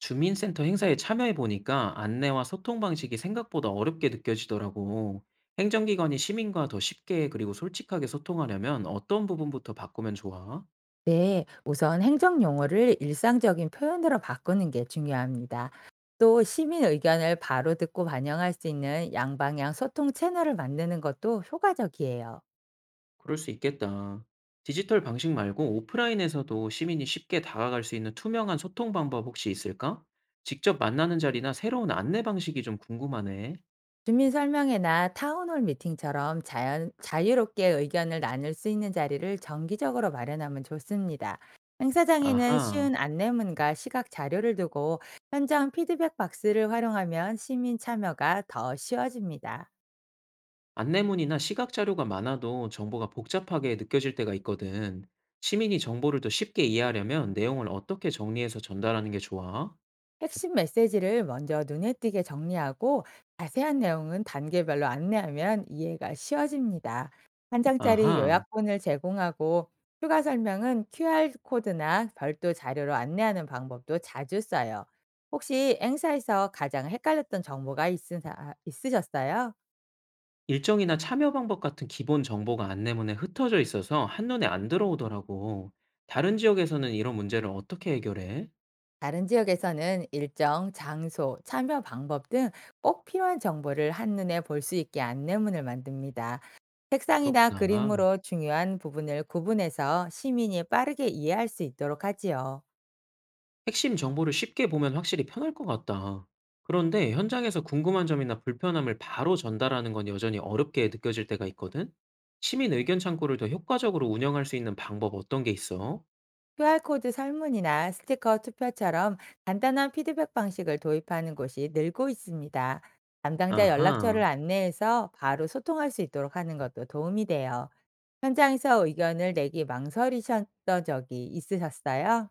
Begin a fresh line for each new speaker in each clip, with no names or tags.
주민센터 행사에 참여해 보니까 안내와 소통 방식이 생각보다 어렵게 느껴지더라고. 행정기관이 시민과 더 쉽게 그리고 솔직하게 소통하려면 어떤 부분부터 바꾸면 좋아?
네, 우선 행정 용어를 일상적인 표현으로 바꾸는 게 중요합니다. 또 시민 의견을 바로 듣고 반영할 수 있는 양방향 소통 채널을 만드는 것도 효과적이에요.
그럴 수 있겠다. 디지털 방식 말고 오프라인에서도 시민이 쉽게 다가갈 수 있는 투명한 소통 방법 혹시 있을까? 직접 만나는 자리나 새로운 안내 방식이 좀 궁금하네.
주민 설명회나 타운홀 미팅처럼 자유롭게 의견을 나눌 수 있는 자리를 정기적으로 마련하면 좋습니다. 행사장에는
아하.
쉬운 안내문과 시각 자료를 두고 현장 피드백 박스를 활용하면 시민 참여가 더 쉬워집니다.
안내문이나 시각 자료가 많아도 정보가 복잡하게 느껴질 때가 있거든. 시민이 정보를 더 쉽게 이해하려면 내용을 어떻게 정리해서 전달하는 게 좋아?
핵심 메시지를 먼저 눈에 띄게 정리하고 자세한 내용은 단계별로 안내하면 이해가 쉬워집니다. 한 장짜리
아하,
요약본을 제공하고 추가 설명은 QR코드나 별도 자료로 안내하는 방법도 자주 써요. 혹시 행사에서 가장 헷갈렸던 정보가 있으셨어요?
일정이나 참여 방법 같은 기본 정보가 안내문에 흩어져 있어서 한눈에 안 들어오더라고. 다른 지역에서는 이런 문제를 어떻게 해결해?
다른 지역에서는 일정, 장소, 참여 방법 등 꼭 필요한 정보를 한눈에 볼 수 있게 안내문을 만듭니다. 색상이나
그렇구나.
그림으로 중요한 부분을 구분해서 시민이 빠르게 이해할 수 있도록 하지요.
핵심 정보를 쉽게 보면 확실히 편할 것 같다. 그런데 현장에서 궁금한 점이나 불편함을 바로 전달하는 건 여전히 어렵게 느껴질 때가 있거든? 시민 의견 창구를 더 효과적으로 운영할 수 있는 방법 어떤 게 있어?
QR코드 설문이나 스티커 투표처럼 간단한 피드백 방식을 도입하는 곳이 늘고 있습니다. 담당자
아하.
연락처를 안내해서 바로 소통할 수 있도록 하는 것도 도움이 돼요. 현장에서 의견을 내기 망설이셨던 적이 있으셨어요?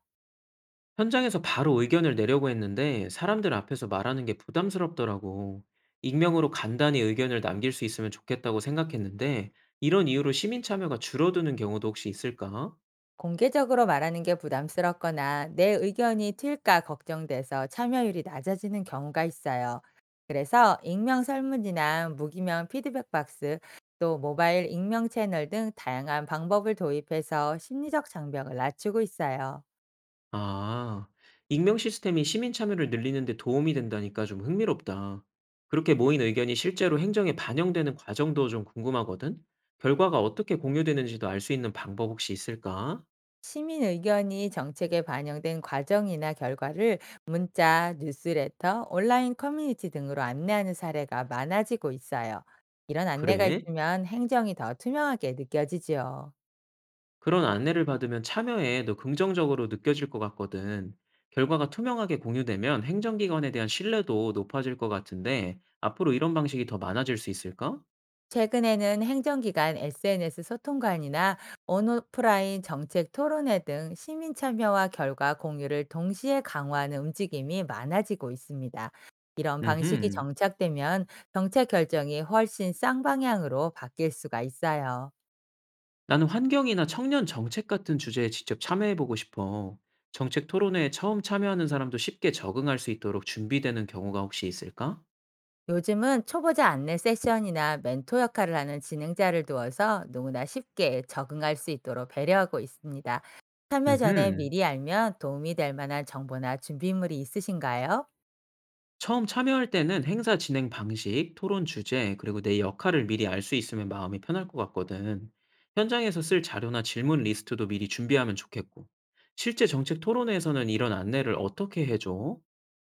현장에서 바로 의견을 내려고 했는데 사람들 앞에서 말하는 게 부담스럽더라고. 익명으로 간단히 의견을 남길 수 있으면 좋겠다고 생각했는데 이런 이유로 시민 참여가 줄어드는 경우도 혹시 있을까?
공개적으로 말하는 게 부담스럽거나 내 의견이 튈까 걱정돼서 참여율이 낮아지는 경우가 있어요. 그래서 익명 설문이나 무기명 피드백 박스, 또 모바일 익명 채널 등 다양한 방법을 도입해서 심리적 장벽을 낮추고 있어요.
아, 익명 시스템이 시민 참여를 늘리는 데 도움이 된다니까 좀 흥미롭다. 그렇게 모인 의견이 실제로 행정에 반영되는 과정도 좀 궁금하거든? 결과가 어떻게 공유되는지도 알 수 있는 방법 혹시 있을까?
시민 의견이 정책에 반영된 과정이나 결과를 문자, 뉴스레터, 온라인 커뮤니티 등으로 안내하는 사례가 많아지고 있어요. 이런 안내가
그래?
있으면 행정이 더 투명하게 느껴지지요.
그런 안내를 받으면 참여에 더 긍정적으로 느껴질 것 같거든. 결과가 투명하게 공유되면 행정기관에 대한 신뢰도 높아질 것 같은데, 앞으로 이런 방식이 더 많아질 수 있을까?
최근에는 행정기관 SNS 소통관이나 온오프라인 정책 토론회 등 시민 참여와 결과 공유를 동시에 강화하는 움직임이 많아지고 있습니다. 이런 방식이
음흠.
정착되면 정책 결정이 훨씬 쌍방향으로 바뀔 수가 있어요.
나는 환경이나 청년 정책 같은 주제에 직접 참여해보고 싶어. 정책 토론회에 처음 참여하는 사람도 쉽게 적응할 수 있도록 준비되는 경우가 혹시 있을까?
요즘은 초보자 안내 세션이나 멘토 역할을 하는 진행자를 두어서 누구나 쉽게 적응할 수 있도록 배려하고 있습니다. 참여 전에
음흠.
미리 알면 도움이 될 만한 정보나 준비물이 있으신가요?
처음 참여할 때는 행사 진행 방식, 토론 주제, 그리고 내 역할을 미리 알 수 있으면 마음이 편할 것 같거든. 현장에서 쓸 자료나 질문 리스트도 미리 준비하면 좋겠고. 실제 정책 토론회에서는 이런 안내를 어떻게 해줘?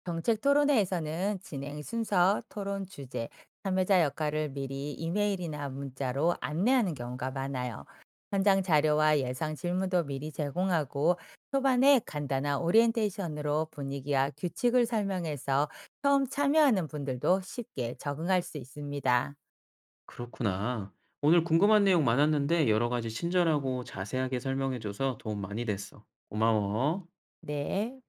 정책 토론회에서는 진행 순서, 토론 주제, 참여자 역할을 미리 이메일이나 문자로 안내하는 경우가 많아요. 현장 자료와 예상 질문도 미리 제공하고 초반에 간단한 오리엔테이션으로 분위기와 규칙을 설명해서 처음 참여하는 분들도 쉽게 적응할 수 있습니다.
그렇구나. 오늘 궁금한 내용 많았는데 여러 가지 친절하고 자세하게 설명해줘서 도움 많이 됐어. 고마워.
네.